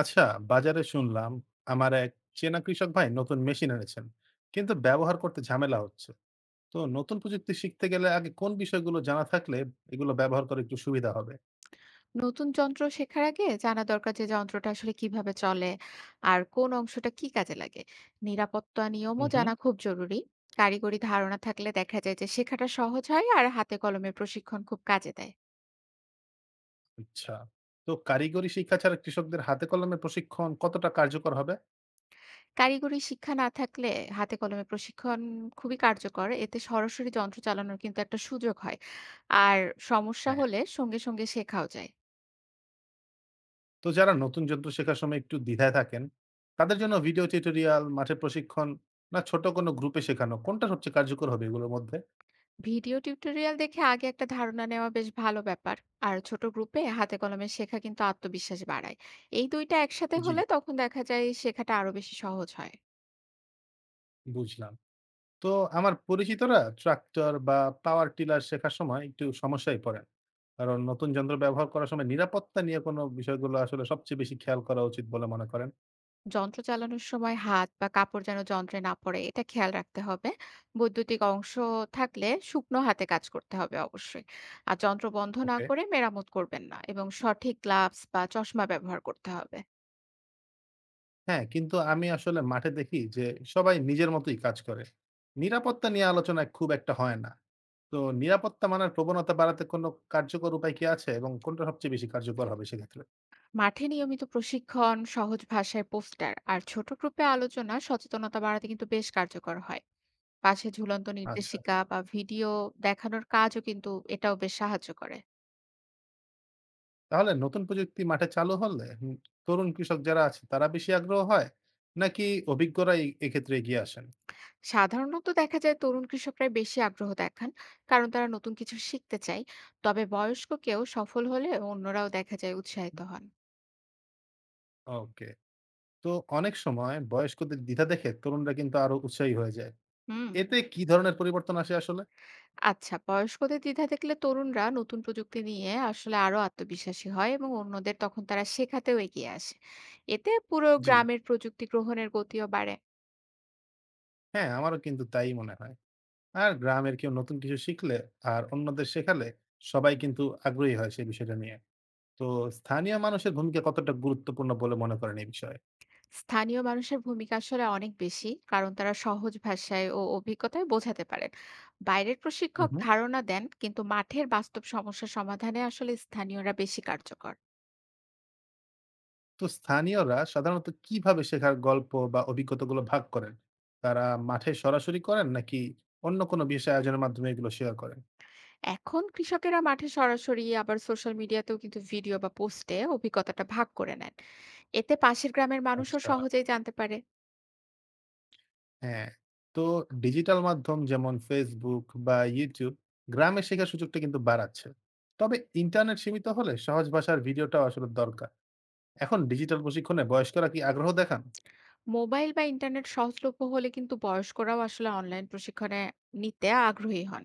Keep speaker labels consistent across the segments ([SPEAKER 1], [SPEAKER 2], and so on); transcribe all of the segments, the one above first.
[SPEAKER 1] আচ্ছা, বাজারে শুনলাম আমার এক চেনা কৃষক ভাই নতুন মেশিন এনেছেন, কিন্তু ব্যবহার করতে ঝামেলা হচ্ছে। তো নতুন প্রযুক্তি শিখতে গেলে আগে কোন বিষয়গুলো জানা থাকলে এগুলো ব্যবহার করে একটু সুবিধা হবে?
[SPEAKER 2] নতুন যন্ত্র শেখার আগে জানা দরকার যে যন্ত্রটা আসলে কিভাবে চলে, আর কোন অংশটা কি কাজে লাগে। নিরাপত্তা
[SPEAKER 1] হুম
[SPEAKER 2] নিয়মও
[SPEAKER 1] হুম।
[SPEAKER 2] জানা খুব জরুরি। কারিগরি ধারণা থাকলে দেখা যায় যে শেখাটা সহজ হয়, আর হাতে কলমে প্রশিক্ষণ খুব কাজে দেয়।
[SPEAKER 1] আচ্ছা, তো কারিগরি শিক্ষা ছাড়া কৃষকদের হাতে কলমে প্রশিক্ষণ কতটা কার্যকর হবে?
[SPEAKER 2] কারিগরি শিক্ষা না থাকলে হাতে কলমে প্রশিক্ষণ খুবই কার্যকর, এতে সরাসরি যন্ত্র চালানোর কিন্তু একটা সুযোগ হয়। আর সমস্যা
[SPEAKER 1] হ্যাঁ,
[SPEAKER 2] হলে সঙ্গে সঙ্গে শেখাও যায়।
[SPEAKER 1] তো যারা নতুন যন্ত্র শেখার সময় একটু দ্বিধায় থাকেন তাদের জন্য ভিডিও টিউটোরিয়াল, মাঠে প্রশিক্ষণ না ছোট কোনো গ্রুপে শেখানো, কোনটা সবচেয়ে কার্যকর হবে এগুলোর মধ্যে?
[SPEAKER 2] ভিডিও টিউটোরিয়াল দেখে আগে একটা ধারণা নেওয়া বেশ ভালো ব্যাপার, আর ছোট গ্রুপে হাতে কলমে শেখা কিন্তু আত্মবিশ্বাস বাড়ায়। এই দুইটা একসাথে
[SPEAKER 1] জি,
[SPEAKER 2] হলে তখন দেখা যায় শেখাটা আরো বেশি সহজ হয়।
[SPEAKER 1] বুঝলাম। তো আমার পরিচিতরা ট্রাক্টর বা পাওয়ার টিলার শেখার সময় একটু সমস্যায় পড়েন, কারণ নতুন যন্ত্র ব্যবহার করার সময় নিরাপত্তা নিয়ে কোনো বিষয়গুলো আসলে সবচেয়ে বেশি খেয়াল করা উচিত বলে মনে করেন?
[SPEAKER 2] যন্ত্র চালানোর সময় হাত বা কাপড় যেন যন্ত্রে না পড়ে, এটা খেয়াল রাখতে হবে। বৈদ্যুতিক অংশ থাকলে শুকনো হাতে কাজ করতে হবে অবশ্যই। আর যন্ত্র বন্ধ না
[SPEAKER 1] ওকে।
[SPEAKER 2] করে মেরামত করবেন না, এবং সঠিক গ্লাভস বা চশমা ব্যবহার করতে হবে।
[SPEAKER 1] হ্যাঁ, কিন্তু আমি আসলে মাঠে দেখি যে সবাই নিজের মতোই কাজ করে, নিরাপত্তা নিয়ে আলোচনা খুব একটা হয় না। তো নিরাপত্তা মানার প্রবণতা বাড়াতে কোনো কার্যকর উপায় কি আছে, এবং কোনটা সবচেয়ে বেশি কার্যকর হবে সেক্ষেত্রে?
[SPEAKER 2] মাঠে নিয়মিত প্রশিক্ষণ, সহজ ভাষায় পোস্টার আর ছোট গ্রুপে আলোচনা সচেতনতা বাড়াতে কিন্তু বেশ কার্যকর হয়। পাশে ঝুলন্ত
[SPEAKER 1] আচ্ছা,
[SPEAKER 2] নির্দেশিকা বা ভিডিও দেখানোর কাজও কিন্তু এটাও বেশ সাহায্য করে।
[SPEAKER 1] তাহলে নতুন প্রযুক্তি মাঠে চালু হলে তরুণ কৃষক যারা আছে তারা বেশি আগ্রহ হয়, নাকি অভিজ্ঞরা এক্ষেত্রে এগিয়ে আসেন?
[SPEAKER 2] সাধারণত দেখা যায় তরুণ কৃষকরাই বেশি আগ্রহ দেখান, কারণ তারা নতুন কিছু শিখতে চায়। তবে বয়স্ক কেউ সফল হলে অন্যরাও দেখা যায় উৎসাহিত হন।
[SPEAKER 1] ওকে, তো অনেক সময় বয়স্কদের দ্বিধা দেখে তরুণরা কিন্তু আরো উৎসাহী হয়ে যায়।
[SPEAKER 2] হুম।
[SPEAKER 1] এতে কি ধরনের পরিবর্তন আসে আসলে?
[SPEAKER 2] আচ্ছা, বয়স্কদের দ্বিধা দেখলে তরুণরা নতুন প্রযুক্তি নিয়ে আসলে আরো আত্মবিশ্বাসী হয় এবং অন্যদের তখন তারা শেখাতেও এগিয়ে আসে। এতে পুরো
[SPEAKER 1] জি,
[SPEAKER 2] গ্রামের প্রযুক্তি গ্রহণের গতিও বাড়ে।
[SPEAKER 1] হ্যাঁ, আমারও কিন্তু তাই মনে হয়। আর গ্রামের কেউ নতুন কিছু শিখলে আর অন্যদের শেখালে সবাই কিন্তু আগ্রহী হয় সেই বিষয়টা নিয়ে। তো স্থানীয় মানুষের ভূমিকা কতটা গুরুত্বপূর্ণ বলে মনে করেন এই বিষয়ে?
[SPEAKER 2] স্থানীয় মানুষের ভূমিকা আসলে অনেক বেশি, কারণ তারা সহজ ভাষায় ও অভিজ্ঞতায় বোঝাতে পারেন। বাইরের প্রশিক্ষক ধারণা দেন কিন্তু মাঠের বাস্তব সমস্যা সমাধানে আসলে স্থানীয়রা বেশি কার্যকর।
[SPEAKER 1] তো স্থানীয়রা সাধারণত কিভাবে শেখার গল্প বা অভিজ্ঞতাগুলো ভাগ করেন? তারা মাঠে সরাসরি করেন, নাকি অন্য কোনো বিশেষ আয়োজনের মাধ্যমে এগুলো শেয়ার করেন?
[SPEAKER 2] এখন কৃষকেরা মাঠে সরাসরি আবার সোশ্যাল মিডিয়াতেও কিন্তু ভিডিও বা পোস্টে অভিজ্ঞতাটা ভাগ করে নেন। এতে পাশের গ্রামের মানুষও
[SPEAKER 1] আচ্ছা।
[SPEAKER 2] সহজেই জানতে পারে।
[SPEAKER 1] হ্যাঁ, তো ডিজিটাল মাধ্যম যেমন Facebook বা YouTube গ্রামে শেখার সুযোগটা কিন্তু বাড়াচ্ছে। তবে ইন্টারনেট সীমিত হলে সহজ ভাষার ভিডিওটাও আসলে দরকার। এখন ডিজিটাল প্রশিক্ষণে বয়স্করা কি আগ্রহ দেখান?
[SPEAKER 2] মোবাইল বা ইন্টারনেট সহজলভ্য হলে কিন্তু বয়স্করাও আসলে অনলাইন প্রশিক্ষণে নিতে আগ্রহী হন,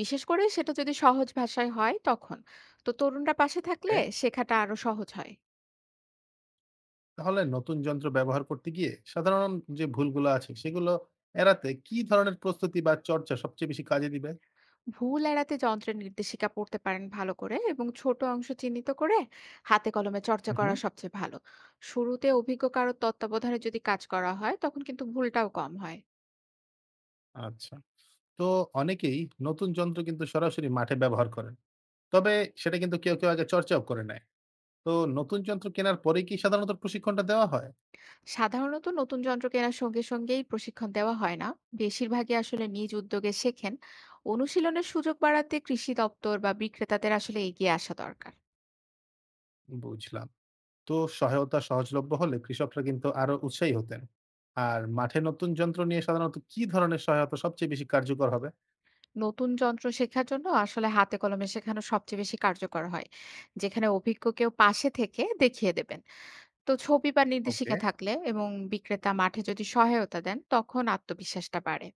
[SPEAKER 2] বিশেষ করে সেটা যদি সহজ ভাষায় হয়। তখন তো তরুণরা পাশে
[SPEAKER 1] ওকে,
[SPEAKER 2] থাকলে শেখাটা আরো সহজ হয়।
[SPEAKER 1] তাহলে নতুন যন্ত্র ব্যবহার করতে গিয়ে সাধারণ যে ভুলগুলো আছে সেগুলো এড়াতে কি ধরনের প্রস্তুতি বা চর্চা সবচেয়ে বেশি কাজে দিবে?
[SPEAKER 2] ভুল এড়াতে যন্ত্রের নির্দেশিকা পড়তে পারেন ভালো করে, এবং ছোট অংশ চিহ্নিত করে হাতে কলমে চর্চা
[SPEAKER 1] হুম, হুম।
[SPEAKER 2] করা সবচেয়ে ভালো। শুরুতে অভিজ্ঞ কারো তত্ত্বাবধানে যদি কাজ করা হয় তখন কিন্তু ভুলটাও কম হয়।
[SPEAKER 1] আচ্ছা। তো অনেকেই নতুন যন্ত্র কিন্তু সরাসরি মাঠে ব্যবহার করেন। তবে সেটা কিন্তু কেউ, কেউ আগে চর্চাও করে নেয়। তো নতুন যন্ত্র কেনার পরে কি সাধারণত প্রশিক্ষণটা দেওয়া হয়?
[SPEAKER 2] সাধারণত নতুন যন্ত্র কেনার সঙ্গে সঙ্গেই প্রশিক্ষণ দেওয়া হয় না, বেশিরভাগই আসলে নিজ উদ্যোগে শেখেন। অনুশীলনের সুযোগ বাড়াতে কৃষি দপ্তর বা বিক্রেতাদের আসলে এগিয়ে আসা দরকার।
[SPEAKER 1] বুঝলাম। তো সহায়তা সহজলভ্য হলে কৃষকরা কিন্তু আরো উৎসাহী হতেন। আর মাঠে নতুন যন্ত্র নিয়ে সাধারণত কি ধরনের সহায়তা সবচেয়ে বেশি কার্যকর হবে?
[SPEAKER 2] নতুন যন্ত্র শেখার জন্য আসলে হাতে কলমে শেখানো সবচেয়ে বেশি কার্যকর হয়, যেখানে অভিজ্ঞ কেউ পাশে থেকে দেখিয়ে দেবেন। তো ছবি বা
[SPEAKER 1] ওকে।
[SPEAKER 2] নির্দেশিকা থাকলে এবং বিক্রেতা মাঠে যদি সহায়তা দেন, তখন আত্মবিশ্বাসটা বাড়ে।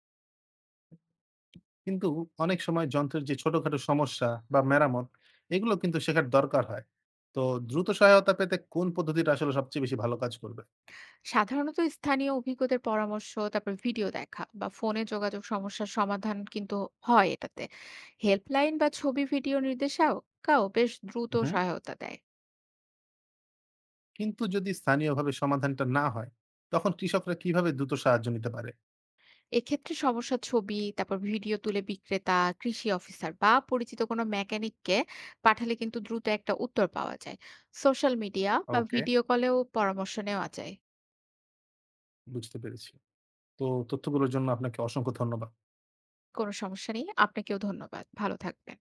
[SPEAKER 1] কিন্তু অনেক সময় যন্ত্রের যে ছোটখাটো সমস্যা বা মেরামত এগুলো কিন্তু শেখার দরকার হয়। তো দ্রুত সহায়তা পেতে কোন পদ্ধতিটা আসলে সবচেয়ে বেশি ভালো কাজ করবে?
[SPEAKER 2] সাধারণত স্থানীয় অভিজ্ঞদের পরামর্শ, তারপর ভিডিও দেখা বা ফোনে যোগাযোগ সমস্যার সমাধান কিন্তু হয় এটাতে। হেল্পলাইন বা ছবি, ভিডিও নির্দেশিকাও বেশ দ্রুত
[SPEAKER 1] হুম।
[SPEAKER 2] সহায়তা দেয়।
[SPEAKER 1] কিন্তু যদি স্থানীয়ভাবে সমাধানটা না হয়, তখন কৃষকরা কিভাবে দ্রুত সাহায্য নিতে পারে?
[SPEAKER 2] এক্ষেত্রে সমস্যার ছবি তারপর ভিডিও তুলে বিক্রেতা, কৃষি অফিসার বা পরিচিত কোনো মেকানিককে পাঠালে কিন্তু দ্রুত একটা উত্তর পাওয়া যায়। সোশ্যাল মিডিয়া বা
[SPEAKER 1] ওকে,
[SPEAKER 2] ভিডিও কলেও পরামর্শ নেওয়া যায়।
[SPEAKER 1] বুঝতে পেরেছি। তো তথ্যগুলোর জন্য আপনাকে অসংখ্য ধন্যবাদ।
[SPEAKER 2] কোনো সমস্যা নেই। আপনাকেও ধন্যবাদ। ভালো থাকবেন।